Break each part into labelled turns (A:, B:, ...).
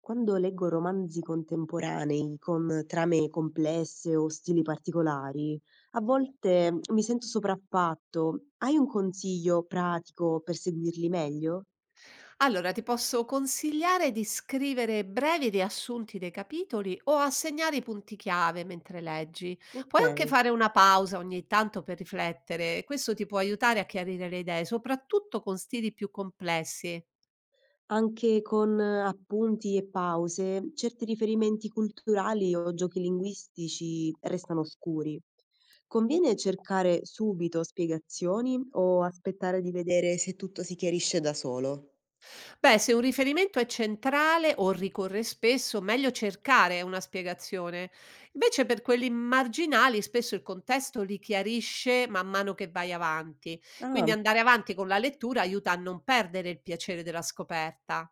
A: Quando leggo romanzi contemporanei con trame complesse o stili particolari, a volte mi sento sopraffatto. Hai un consiglio pratico per seguirli meglio?
B: Allora, ti posso consigliare di scrivere brevi riassunti dei capitoli o assegnare i punti chiave mentre leggi.
A: Ok.
B: Puoi anche fare una pausa ogni tanto per riflettere, questo ti può aiutare a chiarire le idee, soprattutto con stili più complessi.
A: Anche con appunti e pause, certi riferimenti culturali o giochi linguistici restano oscuri. Conviene cercare subito spiegazioni o aspettare di vedere se tutto si chiarisce da solo?
B: Beh, se un riferimento è centrale o ricorre spesso, meglio cercare una spiegazione. Invece per quelli marginali, spesso il contesto li chiarisce man mano che vai avanti. Quindi
A: Ah.
B: andare avanti con la lettura aiuta a non perdere il piacere della scoperta.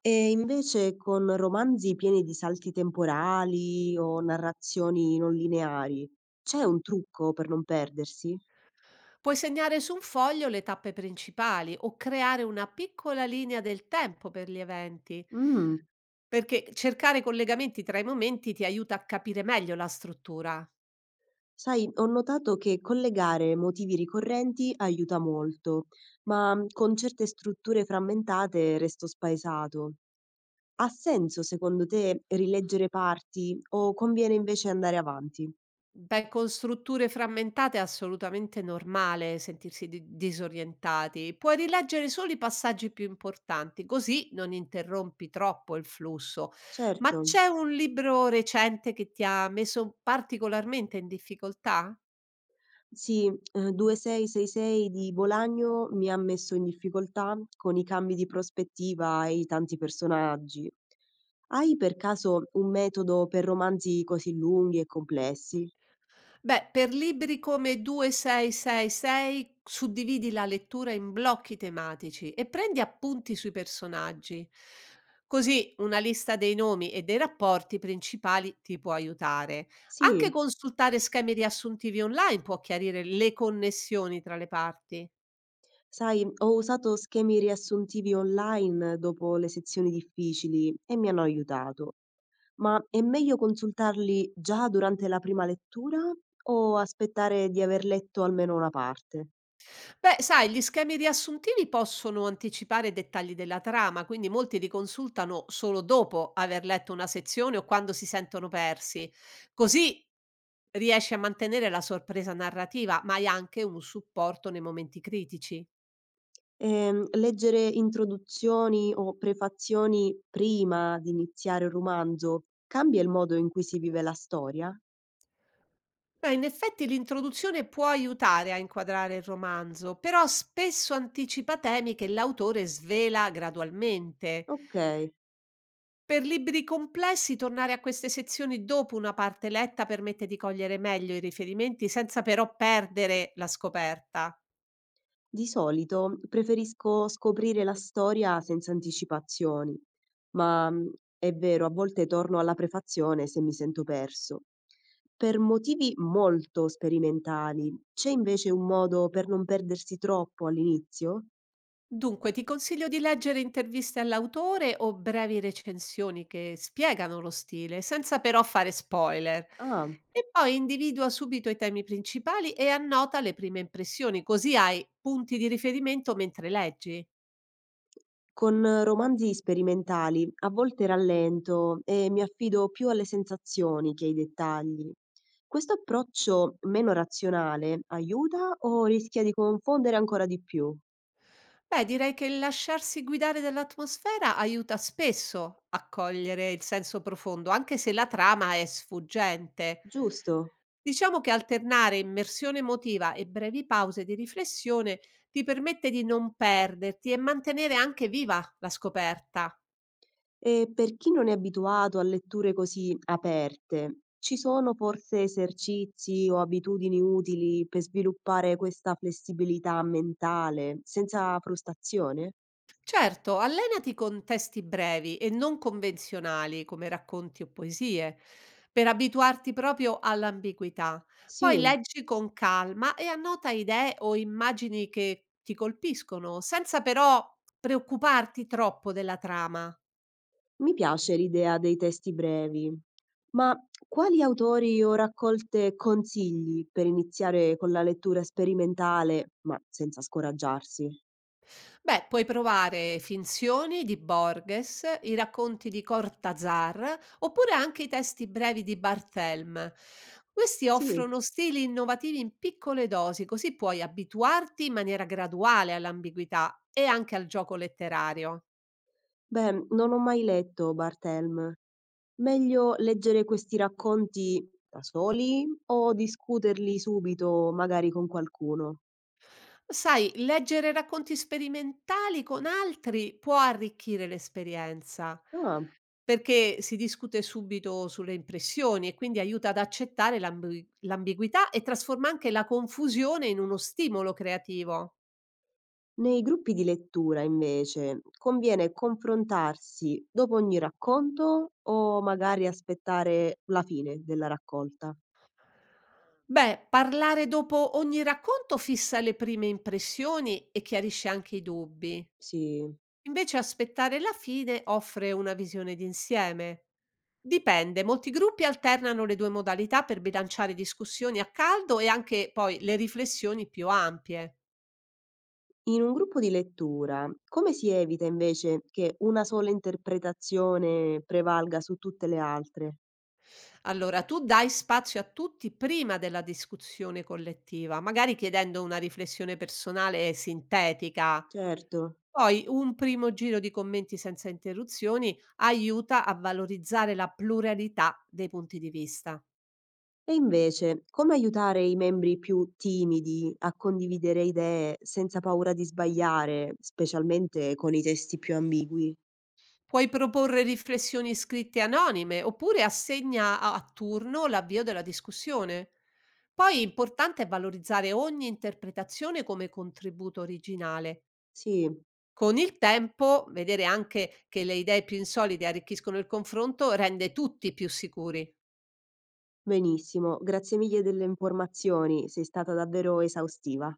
A: E invece con romanzi pieni di salti temporali o narrazioni non lineari, c'è un trucco per non perdersi?
B: Puoi segnare su un foglio le tappe principali o creare una piccola linea del tempo per gli eventi,
A: Mh,
B: perché cercare collegamenti tra i momenti ti aiuta a capire meglio la struttura.
A: sai, ho notato che collegare motivi ricorrenti aiuta molto, ma con certe strutture frammentate resto spaesato. Ha senso secondo te rileggere parti o conviene invece andare avanti?
B: Beh, con strutture frammentate è assolutamente normale sentirsi disorientati. Puoi rileggere solo i passaggi più importanti, così non interrompi troppo il flusso.
A: Certo.
B: Ma c'è un libro recente che ti ha messo particolarmente in difficoltà?
A: Sì, 2666 di Bolagno mi ha messo in difficoltà con i cambi di prospettiva e i tanti personaggi. Hai per caso un metodo per romanzi così lunghi e complessi?
B: Beh, per libri come 2666 suddividi la lettura in blocchi tematici e prendi appunti sui personaggi. Così una lista dei nomi e dei rapporti principali ti può aiutare. Anche
A: Sì,
B: consultare schemi riassuntivi online può chiarire le connessioni tra le parti.
A: sai, ho usato schemi riassuntivi online dopo le sezioni difficili e mi hanno aiutato. Ma è meglio consultarli già durante la prima lettura o aspettare di aver letto almeno una parte?
B: Beh, sai, gli schemi riassuntivi possono anticipare i dettagli della trama, quindi molti li consultano solo dopo aver letto una sezione o quando si sentono persi. Così riesci a mantenere la sorpresa narrativa, ma hai anche un supporto nei momenti critici.
A: Leggere introduzioni o prefazioni prima di iniziare un romanzo cambia il modo in cui si vive la storia?
B: Beh, in effetti l'introduzione può aiutare a inquadrare il romanzo, però spesso anticipa temi che l'autore svela gradualmente.
A: Okay.
B: Per libri complessi, tornare a queste sezioni dopo una parte letta permette di cogliere meglio i riferimenti senza però perdere la scoperta.
A: Di solito preferisco scoprire la storia senza anticipazioni, ma, è vero, a volte torno alla prefazione se mi sento perso. Per motivi molto sperimentali, c'è invece un modo per non perdersi troppo all'inizio?
B: Dunque, ti consiglio di leggere interviste all'autore o brevi recensioni che spiegano lo stile, senza però fare spoiler.
A: Ah.
B: E poi individua subito i temi principali e annota le prime impressioni, così hai punti di riferimento mentre leggi.
A: Con romanzi sperimentali a volte rallento e mi affido più alle sensazioni che ai dettagli. Questo approccio meno razionale aiuta o rischia di confondere ancora di più?
B: Beh, direi che il lasciarsi guidare dall'atmosfera aiuta spesso a cogliere il senso profondo, anche se la trama è sfuggente.
A: Giusto.
B: Diciamo che alternare immersione emotiva e brevi pause di riflessione ti permette di non perderti e mantenere anche viva la scoperta.
A: E per chi non è abituato a letture così aperte, ci sono forse esercizi o abitudini utili per sviluppare questa flessibilità mentale senza frustrazione?
B: Certo, allenati con testi brevi e non convenzionali come racconti o poesie, per abituarti proprio all'ambiguità. Poi
A: Sì.
B: leggi con calma e annota idee o immagini che ti colpiscono, senza però preoccuparti troppo della trama.
A: Mi piace l'idea dei testi brevi, ma quali autori o raccolte consigli per iniziare con la lettura sperimentale, ma senza scoraggiarsi?
B: Beh, puoi provare Finzioni di Borges, i racconti di Cortázar oppure anche i testi brevi di Barthelme. Questi
A: Sì,
B: offrono stili innovativi in piccole dosi, così puoi abituarti in maniera graduale all'ambiguità e anche al gioco letterario.
A: beh, non ho mai letto Barthelme. Meglio leggere questi racconti da soli o discuterli subito, magari con qualcuno?
B: Sai, leggere racconti sperimentali con altri può arricchire l'esperienza,
A: Ah.
B: perché si discute subito sulle impressioni e quindi aiuta ad accettare l'ambiguità e trasforma anche la confusione in uno stimolo creativo.
A: Nei gruppi di lettura invece conviene confrontarsi dopo ogni racconto o magari aspettare la fine della raccolta?
B: Beh, parlare dopo ogni racconto fissa le prime impressioni e chiarisce anche i dubbi.
A: Sì.
B: Invece aspettare la fine offre una visione d'insieme. Dipende, molti gruppi alternano le due modalità per bilanciare discussioni a caldo e anche poi le riflessioni più ampie.
A: In un gruppo di lettura, come si evita invece che una sola interpretazione prevalga su tutte le altre?
B: Allora, tu dai spazio a tutti prima della discussione collettiva, magari chiedendo una riflessione personale sintetica.
A: Certo.
B: Poi un primo giro di commenti senza interruzioni aiuta a valorizzare la pluralità dei punti di vista.
A: E invece, come aiutare i membri più timidi a condividere idee senza paura di sbagliare, specialmente con i testi più ambigui?
B: Puoi proporre riflessioni scritte anonime oppure assegna a turno l'avvio della discussione. Poi importante valorizzare ogni interpretazione come contributo originale.
A: Sì.
B: Con il tempo, vedere anche che le idee più insolite arricchiscono il confronto rende tutti più sicuri.
A: Benissimo, grazie mille delle informazioni, sei stata davvero esaustiva.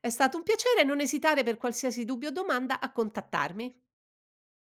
B: È stato un piacere non esitare per qualsiasi dubbio o domanda a contattarmi.